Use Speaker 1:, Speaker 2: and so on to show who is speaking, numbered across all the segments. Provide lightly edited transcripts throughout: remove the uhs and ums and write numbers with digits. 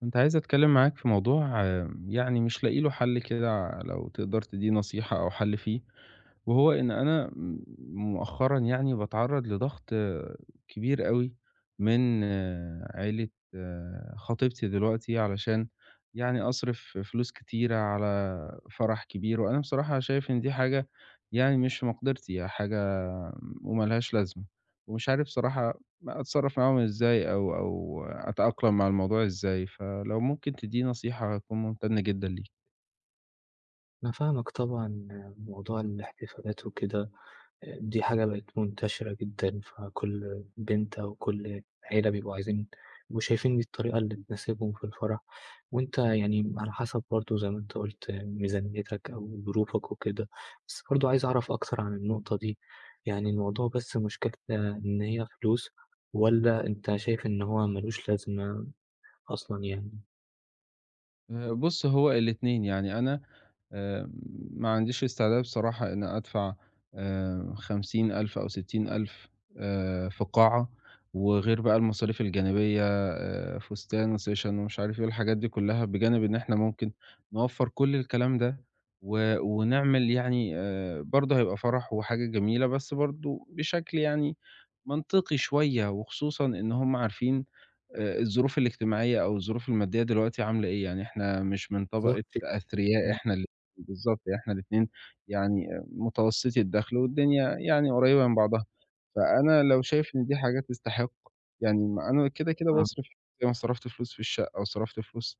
Speaker 1: كنت عايز أتكلم معاك في موضوع يعني مش لاقي له حل كده، لو تقدر تديني نصيحة أو حل فيه، وهو إن أنا مؤخرًا يعني باتعرّض لضغط كبير أوي من عيلة خطيبتي دلوقتي، علشان يعني أصرف فلوس كتيرة على فرح كبير. وأنا بصراحة شايف إن دي حاجة يعني مش في مقدرتي، يعني حاجة وما لهاش لازمة، ومش عارف بصراحة أتصرّف معاهم إزاي أو أتأقلم مع الموضوع إزاي. فلو ممكن تدّيني نصيحة هاكون ممتن جدًا ليك.
Speaker 2: أنا فاهمك طبعًا، موضوع الاحتفالات وكده دي حاجة بقت منتشرة جدًا، فكل بنت أو كل عيلة بيبقوا شايفين دي الطريقة اللي تناسبهم في الفرح، وأنت يعني على حسب برضه زي ما أنت قُلت ميزانيتك أو ظروفك وكده، بس برضه عايز أعرف أكتر عن النقطة دي، يعني الموضوع بس مشكلتنا إن هي فلوس والّا أنت شايف إن هو ما لوش لازمة أصلًا يعني؟
Speaker 1: بُص، هو الاتنين. يعني أنا آآ ما عنديش استعداد بصراحة إن أدفع 50,000 أو 60,000 في قاعة، وغير بقى المصاريف الجانبية، فستان وsession ومش عارف إيه والحاجات دي كلّها، بجانب إن إحنا ممكن نوفّر كل الكلام ده و ونعمل. يعني برضه هيبقى فرح وحاجة جميلة، بس برضه بشكل يعني منطقي شوية، وخصوصًا إن هُم عارفين الظروف الاجتماعية أو الظروف المادية دلوقتي عاملة إيه. يعني إحنا مش من طبقة
Speaker 2: بالضبط يعني،
Speaker 1: أثرياء،
Speaker 2: إمم،
Speaker 1: إحنا بالضبط. إحنا الاتنين يعني متوسطي الدخل، والدنيا يعني قريبة من بعضها. فأنا لو شايف إن دي حاجة تستحق، يعني، ما أنا كده
Speaker 2: آه،
Speaker 1: باصرف، زي ما صرفت فلوس في الشقة وصرفت فلوس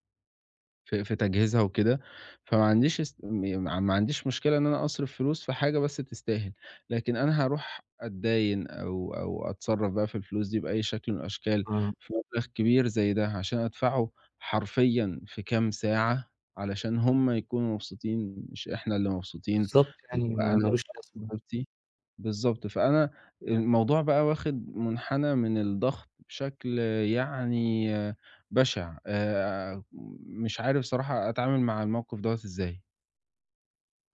Speaker 1: في تجهيزها وكده. فما عنديش است م ما عنديش مشكلة إن أنا أصرف فلوس في حاجة بس تستاهل، لكن أنا هاروح أتداين أو أتصرّف بقى في الفلوس دي بأي شكل من الأشكال
Speaker 2: آه،
Speaker 1: في مبلغ كبير زي ده، عشان أدفعه حرفيًا في كام ساعة، علشان هم يكونوا مبسوطين مش إحنا اللي مبسوطين،
Speaker 2: بالضبط
Speaker 1: اللي
Speaker 2: يعني
Speaker 1: هو
Speaker 2: ما
Speaker 1: أنا
Speaker 2: ما لوش لازمة.
Speaker 1: وخطيبتي. بالضبط. فأنا الموضوع بقى واخد منحنى من الضغط بشكل يعني بشع. مش عارف صراحة أتعامل مع الموقف دوّة إزاي.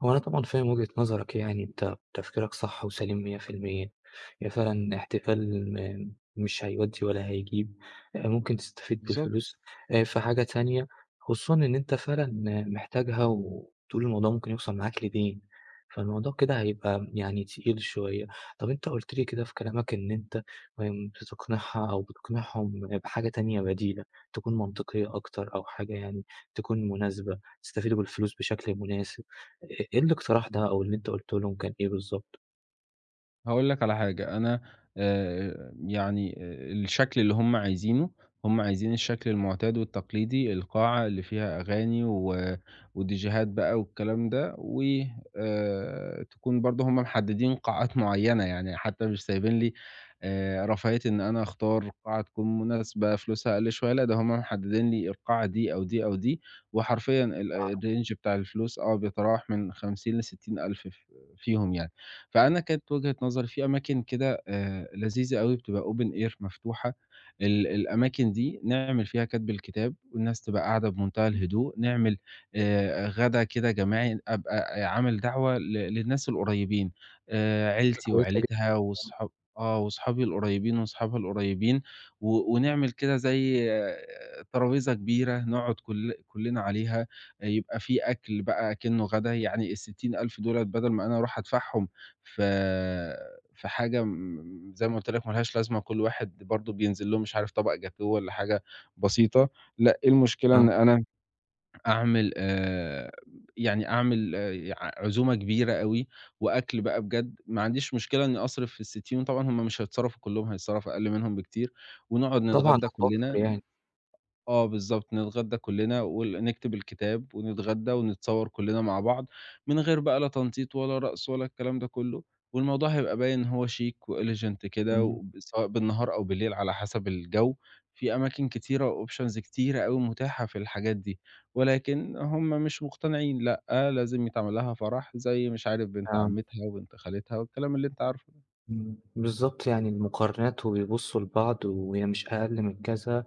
Speaker 2: هو أنا طبعًا فاهم وجهة نظرك يعني، أنت تفكيرك صح وسليم 100%، هي فعلًا احتفال مش هيودّي ولا هيجيب، ممكن تستفيد
Speaker 1: بالضبط.
Speaker 2: بالفلوس في حاجة تانية، خصوصًا إن أنت فعلًا محتاجها وبتقول الموضوع ممكن يوصل معاك لدين، فالموضوع كده هيبقى يعني تقيل شوية. طب أنت قُلت لي كده في كلامك إن أنت بتقنعها أو بتقنعهم بحاجة تانية بديلة، تكون منطقية أكتر أو حاجة يعني تكون مناسبة، تستفيدوا بالفلوس بشكل مناسب. إ إيه الاقتراح ده أو اللي أنت قُلته لهم كان إيه بالضبط؟
Speaker 1: هاقول لك على حاجة. أنا يعني الشكل اللي هم عايزينه، هم عايزين الشكل المعتاد والتقليدي، القاعة اللي فيها أغاني وديجيهات بقى والكلام ده، و تكون برضه هم محددين قاعات معيّنة. يعني حتى مش سايبين لي رفاهية إن أنا أختار قاعة تكون مناسبة فلوسها أقل شوية، لأ ده هم محددين لي القاعة دي أو دي أو دي، وحرفيًا الrange بتاع الفلوس بيتراوح من 50 ل60 ألف، فيهم يعني. فأنا كانت وجهة نظري في أماكن كده لذيذة أوي، بتبقى open air مفتوحة. الأماكن دي نعمل فيها كَتْب الكتاب والناس تبقى قاعدة بمنتهى الهدوء، نعمل غدا كده جماعي، أبقى عامل دعوة للناس القريبين،
Speaker 2: فكرة
Speaker 1: عيلتي
Speaker 2: كويسة جدًا.
Speaker 1: وعيلتها وصحابي القريبين وصحابها القريبين، و ونعمل كده زي ترابيزة كبيرة نقعد كل كلنا عليها، يبقى في أكل بقى أكنه غدا. يعني ال60.000 دُولة بدل ما أنا أروح أدفعهم ف في حاجة، زي ما قُلت لك، ما لهاش لازمة. كل واحد برضه بينزل له مش عارف طبق جاتوه والّا حاجة بسيطة. لأ، إيه المشكلة
Speaker 2: آه،
Speaker 1: إن أنا أعمل يعني أعمل ع عزومة كبيرة أوي وأكل بقى بجد. ما عنديش مشكلة إني أصرف في الـ60، وطبعًا هُم مش هيتصرفوا كلّهم، هيتصرف أقل منهم بكتير، ونقعد
Speaker 2: طبعًا
Speaker 1: نتغدى
Speaker 2: هتوفّر
Speaker 1: كلّنا.
Speaker 2: يعني،
Speaker 1: آه، بالضبط. نتغدّى كُلّنا وال نكتب الكتاب ونتغدّى ونتصوّر كُلّنا مع بعض، من غير بقى لا تنطيط ولا رقص ولا الكلام ده كُلّه، والموضوع هيبقى باين إن هو شيك وelegant كده،
Speaker 2: إمم،
Speaker 1: وب سواء بالنهار أو بالليل على حسب الجَو. في أماكن كتيرة وoptions كتيرة أوي متاحة في الحاجات دي. ولكن هم مش مقتنعين، لأ، آه لازم يتعمل لها فرح زي مش عارف بنت
Speaker 2: آه،
Speaker 1: عمّتها وبنت خالتها والكلام اللي أنت عارفه ده.
Speaker 2: إمم. بالضبط يعني المقارنات وبيبصوا لبعض وهي مش أقل من كذا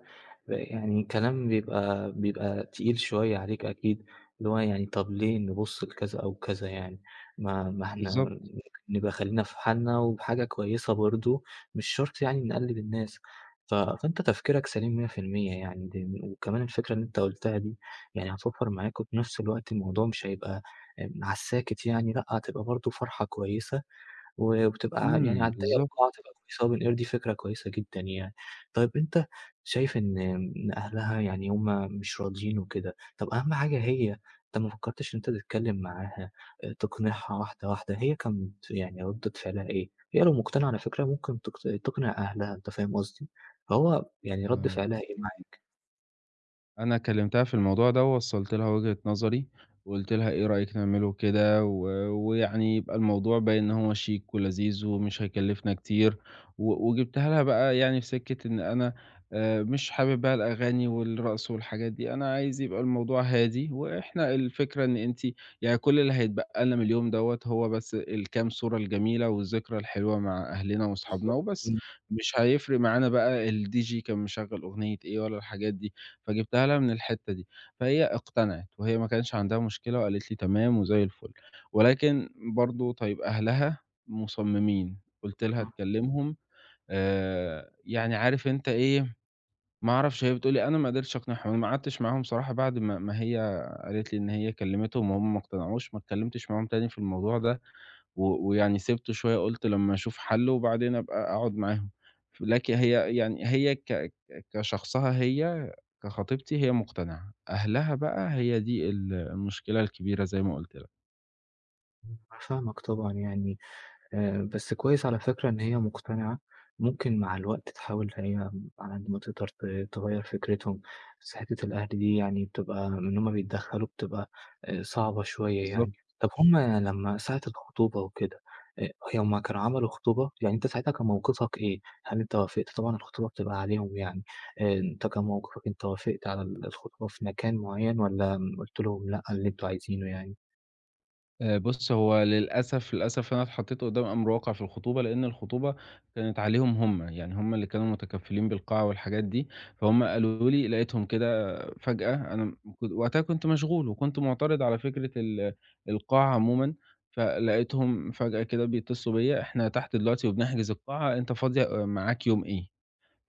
Speaker 2: يعني كلام بيبقى تقيل شوية عليك أكيد، اللي هو يعني طَب ليه نبُص لكذا أو كذا يعني، ما إحنا
Speaker 1: بالضبط.
Speaker 2: ممكن نبقى خلّينا في حالنا وبحاجة كويسة برضه، مش شرط يعني نقلِّد الناس، فأنت تفكيرك سليم 100% يعني دي وكمان الفكرة اللي أنت قُلتها دي يعني هتوفّر معاك وفي نفس الوقت الموضوع مش هيبقى على الساكت يعني لأ، هتبقى برضه فرحة كويسة وبتبقى يعني
Speaker 1: إمم.
Speaker 2: على الضيّق
Speaker 1: بالضبط.
Speaker 2: والقاعة تبقى كويسة وبالقِير دي فكرة كويسة جدًا يعني. طيب أنت شايف إن أهلها يعني هُم مش راضيين وكده، طب أهم حاجة هي أنت ما فكّرتش إن أنت تتكلّم معاها، تقنعها واحدة، واحدة، هي كانت يعني ردّة فعلها إيه؟ هي لو مقتنعة على فكرة ممكن تقنع أهلها أنت فاهم قصدي؟ فهو يعني رَد
Speaker 1: آه.
Speaker 2: فعلها إيه معاك
Speaker 1: أنا كلمتها في الموضوع ده، ووصّلت لها وجهة نظري، وقُلت لها إيه رأيِك نعمله كده، و ويعني يبقى الموضوع باين إن هو شيك ولذيذ ومش هيكلّفنا كتير، وجِبتها لها بقى يعني في سكة إن أنا مش حابب بقى الأغاني والرقص والحاجات دي، أنا عايز يبقى الموضوع هادي. وإحنا الفكرة إن أنتِ يعني كل اللي هيتبقى لنا من اليوم دوّة هو بس الكام صورة الجميلة والذكرى الحلوة مع أهلنا وأصحابنا
Speaker 2: بالضبط؟
Speaker 1: وبس،
Speaker 2: إمم،
Speaker 1: مش هيفرق معانا بقى الDJ كان مشغّل أغنية إيه ولا الحاجات دي. فجِبتها لها من الحتّة دي، فهي اقتنعِت وهي ما كانش عندها مشكلة وقالت لي تمام وزي الفل. ولكن برضه طيب أهلها مصممين. قُلت لها تكلّمهم يعني عارف أنت إيه، ما أعرفش، هي بتقول لي أنا ما قدرتش أقنعهم. أنا ما قعدتش معاهم صراحة بعد ما هي قالت لي إن هي كلّمتهم وهُم ما اقتنعوش، ما اتكلّمتش معاهم تاني في الموضوع ده. و ويعني سِبته شوية، قُلت لمّا أشوف حَل وبعدين أبقى أقعد معاهم. لكن هي يعني هي ك ك كشخصها هي، كخطيبتي هي مقتنعة، أهلها بقى هي دي المشكلة الكبيرة زي ما قُلت لك.
Speaker 2: أنا فاهمك طبعًا يعني. بس كويس على فكرة إن هي مقتنعة، ممكن مع الوقت تحاول هي على قد ما تقدر تغيّر فكرتهم، بس حتّة الأهل دي يعني بتبقى إن هُم بيتدخّلوا بتبقى صعبة شوية يعني.
Speaker 1: بالضبط.
Speaker 2: طب هُم لمّا ساعة الخطوبة وكده، هُم كانوا عملوا خطوبة؟ يعني أنت ساعتها كان موقفك إيه؟ هل أنت وافقت؟ طبعًا الخطوبة بتبقى عليهم يعني، أنت كان موقفك أنت وافقت على الخطوبة في مكان معيّن والّا قُلت لهم لأ اللي أنتم عايزينه يعني؟
Speaker 1: بُص، هو للأسف، للأسف أنا اتحطيت قدّام أمر واقع في الخطوبة، لإن الخطوبة كانت عليهم هم. يعني هم اللي كانوا متكفّلين بالقاعة والحاجات دي، فهُم قالوا لي لقيتهم كده فجأة. أنا م كن وقتها كنت مشغول وكنت مُعترض على فكرة القاعة عمومًا. فلقيتهم فجأة كده بيتصلوا بيّا: "إحنا تحت دلوقتي وبنحجز القاعة، أنت فاضي معاك يوم إيه؟"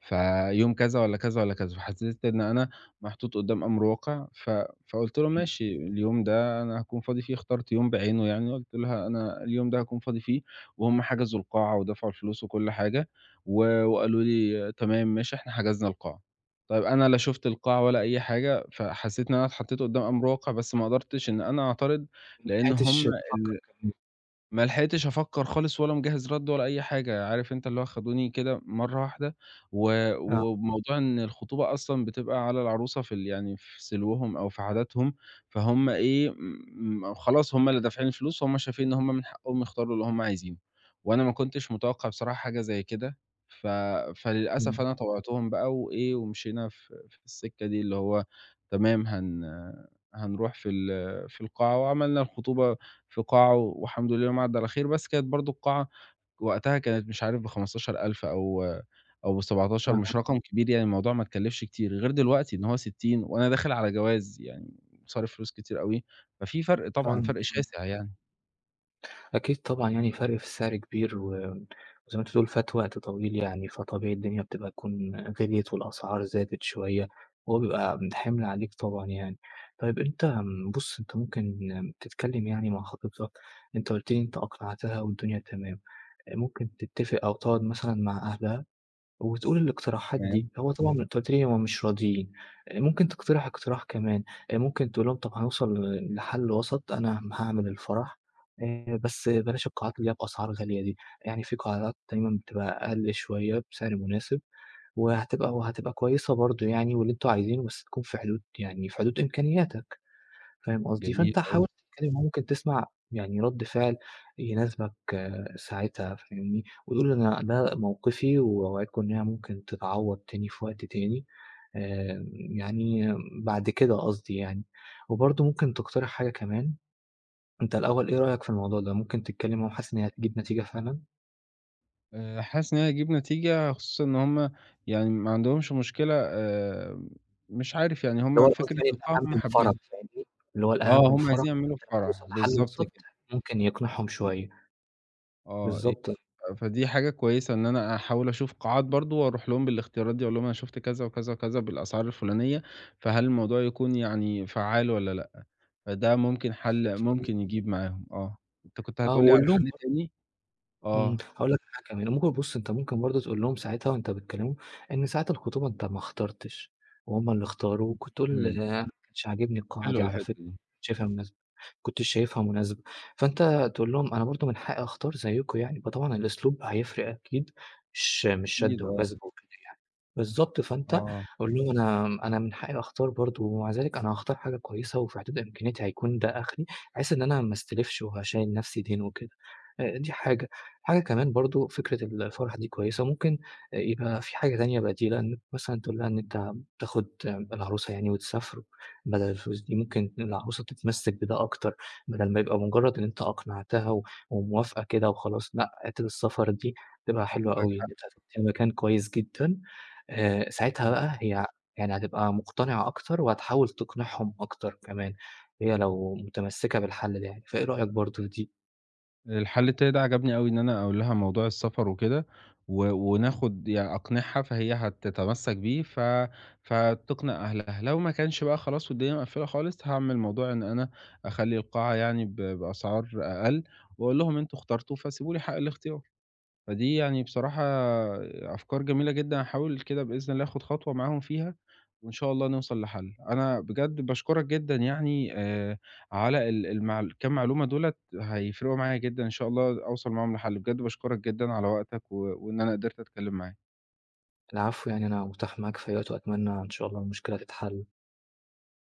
Speaker 1: فيوم كذا والّا كذا والّا كذا، فحسيت إن أنا محطوط قدّام أمر واقع، فقُلت له:
Speaker 2: إمم،
Speaker 1: "ماشي، اليوم ده أنا هاكون فاضي فيه." اخترت يوم بعينه يعني، قُلت لها: "أنا اليوم ده هاكون فاضي فيه." وهُم حجزوا القاعة ودفعوا الفلوس وكل حاجة، وقالوا لي: "تمام ماشي، إحنا حجزنا القاعة." طيب أنا لا شُفت القاعة ولا أي حاجة، فحسيت إن أنا اتحطيت قدّام أمر واقع، بس ما قدرتش إن أنا أعترض،
Speaker 2: ما
Speaker 1: لإن هُم
Speaker 2: لحقتش تفكّر
Speaker 1: ال
Speaker 2: كمان.
Speaker 1: ما لحقتش أفكّر خالص ولا مجهّز رَد ولا أي حاجة. عارف أنت، اللي هو خدوني كده مرّة واحدة، و
Speaker 2: آه،
Speaker 1: وموضوع إن الخطوبة أصلًا بتبقى على العروسة في يعني في سلوهم أو في عاداتهم، فهُم إيه خلاص هُم اللي دافعين الفلوس، فهُم شايفين إن هُم من حقهم يختاروا اللي هُم عايزينه، وأنا ما كنتش متوقّع بصراحة حاجة زي كده. ف فللأسف
Speaker 2: إمم،
Speaker 1: أنا طوعتهم بقى وإيه ومشينا في السكة دي اللي هو تمام. هنروح في في القاعة وعملنا الخطوبة في قاعة، والحمد لله يوم عدّى على خير. بس كانت برضه القاعة وقتها كانت مش عارف ب15.000 أو ب17،
Speaker 2: آه.
Speaker 1: مش رقم كبير يعني، الموضوع ما اتكلّفش كتير، غير دلوقتي إن هو 60 وأنا داخل على جواز، يعني صارف فلوس كتير أوي. ففي فرق، طبعًا
Speaker 2: فاهمك،
Speaker 1: فرق
Speaker 2: إمم.
Speaker 1: شاسع يعني.
Speaker 2: أكيد طبعًا يعني فرق في السعر كبير وزي ما أنت بتقول فات وقت طويل يعني، فطبيعي الدنيا بتبقى تكون غليت والأسعار زادت شوية، وهو بيبقى حِمل عليك طبعًا يعني. طيب أنت بُص أنت ممكن تتكلم يعني مع خطيبتك، أنت قُلت لي أنت أقنعتها والدنيا تمام، ممكن تتفق أو تقعد مثلًا مع أهلها وتقول الاقتراحات دي،
Speaker 1: تمام،
Speaker 2: هو طبعًا أنت قُلت لي هم مش راضيين، ممكن تقترح اقتراح كمان، ممكن تقول لهم طَب هنوصل لحل وسط، أنا هاعمل الفرح بس بلاش القاعات اللي هي بأسعار غالية دي، يعني في قاعات دايمًا بتبقى أقل شوية بسعر مناسب، وهتبقى كويسة برضه يعني واللي أنتم عايزينه، بس تكون في حدود يعني في حدود إمكانياتك. فاهم قصدي،
Speaker 1: جميل
Speaker 2: فأنت
Speaker 1: أوي.
Speaker 2: حاول تتكلم ممكن تسمع يعني رد فعل يناسبك آه، ساعتها فاهمني، وتقول أنا ده موقفي وأوعدكم إنها ممكن تتعوّض تاني في وقت تاني، يعني بعد كده قصدي يعني. وبرضه ممكن تقترح حاجة كمان، أنت الأول إيه رأيك في الموضوع ده، ممكن تتكلم معاهم حاسس إن هي هتجيب نتيجة فعلًا؟
Speaker 1: حاسس إن هي هتجيب نتيجة، خصوصًا إن هُم يعني ما عندهمش مشكلة. مش عارف يعني،
Speaker 2: اللي
Speaker 1: هُم
Speaker 2: هو قصدي
Speaker 1: فكرة
Speaker 2: يعني
Speaker 1: القاعة
Speaker 2: الأهم
Speaker 1: هُم
Speaker 2: الفَرَج
Speaker 1: حابينها.
Speaker 2: فاهمني، اللي هو
Speaker 1: آه،
Speaker 2: الأهم
Speaker 1: هُم
Speaker 2: الفَرَج،
Speaker 1: عايزين يعملوا
Speaker 2: أنت لمّا
Speaker 1: فرح،
Speaker 2: توصل لحل
Speaker 1: بالضبط
Speaker 2: وسط
Speaker 1: كده.
Speaker 2: ممكن يقنعهم
Speaker 1: إمم.
Speaker 2: شوية.
Speaker 1: آه.
Speaker 2: بالضبط،
Speaker 1: فدي حاجة كويسة إن أنا أحاول أشوف قاعات برضه وأروح لهم بالاختيارات دي، أقول لهم أنا شُفت كذا، وكذا، وكذا بالأسعار الفلانية، فهل الموضوع يكون يعني فعّال والّا لأ؟ فده ممكن حل
Speaker 2: بالضبط.
Speaker 1: ممكن يجيب معاهم، آه. أنت كنت
Speaker 2: آه،
Speaker 1: هتقول لي على
Speaker 2: وقُل لهم
Speaker 1: حل تاني؟ آه.
Speaker 2: هاقول لك حاجة كمان، ممكن بُص أنت ممكن برضه تقول لهم ساعتها وأنت بتكلمهم، إن ساعة الخطوبة أنت ما اخترتش، وهُم اللي اختاروا، وكنت تقول
Speaker 1: إمم.
Speaker 2: أنا ما كانش عاجبني القاعة
Speaker 1: حلوة
Speaker 2: دي على
Speaker 1: الحتّة
Speaker 2: فكرة، ما
Speaker 1: دي.
Speaker 2: كنتش شايفها مناسبة ما كنتش شايفها مناسبة، فأنت تقول لهم أنا برضه من حقي أختار زيكم يعني، فطبعًا الأسلوب هيفرق أكيد، مش شد
Speaker 1: أكيد آه.
Speaker 2: وجذب وكده يعني، بالضبط، فأنت
Speaker 1: آه.
Speaker 2: قُل لهم أنا من حقي أختار برضه، ومع ذلك أنا هاختار حاجة كويسة وفي حدود إمكانياتي هيكون ده آخري، بحيث إن أنا ما استلفش وهاشيل نفسي دين وكده، دي حاجة. حاجة كمان برضه فكرة الفرح دي كويسة، ممكن يبقى في حاجة تانية بديلة، إنك مثلًا تقول لها إن أنت تاخد العروسة يعني وتسافروا بدل الفلوس دي، ممكن العروسة تتمسّك بده أكتر، بدل ما يبقى مجرد إن أنت أقنعتها وموافقة كده وخلاص، لأ، حتّة السفر دي تبقى حلوة
Speaker 1: عندك
Speaker 2: أوي، إن أنت هتوديها مكان كويس جدًا،
Speaker 1: حق.
Speaker 2: ساعتها بقى هي يعني هتبقى مقتنعة أكتر وهتحاول تقنعهم أكتر كمان، هي لو متمسّكة بالحل ده يعني، فإيه رأيك برضه في دي؟
Speaker 1: الحل التاني ده عجبني أوي، إن أنا أقول لها موضوع السفر وكده، وناخد يعني، أقنعها فهي هتتمسّك بيه، فتقنع أهلها. لو ما كانش بقى خلاص والدنيا مقفلة خالص، هاعمل موضوع إن أنا أخلّي القاعة يعني بأسعار أقل، وأقول لهم أنتم اخترتوا فسيبوا لي حق الاختيار. فدي يعني بصراحة أفكار جميلة جدًا. هاحاول كده بإذن الله آخد خطوة معاهم فيها، وإن شاء الله نوصل لحل. أنا بجد باشكرك جدًا يعني على ال المع الكام معلومة دُولة، هيفرقوا معايا جدًا. إن شاء الله أوصل معاهم لحل. بجد باشكرك جدًا على وقتك، وإن أنا قدرت أتكلم معاك.
Speaker 2: العفو يعني أنا متاح معاك في أي وقت وأتمنى إن شاء الله المشكلة تتحل.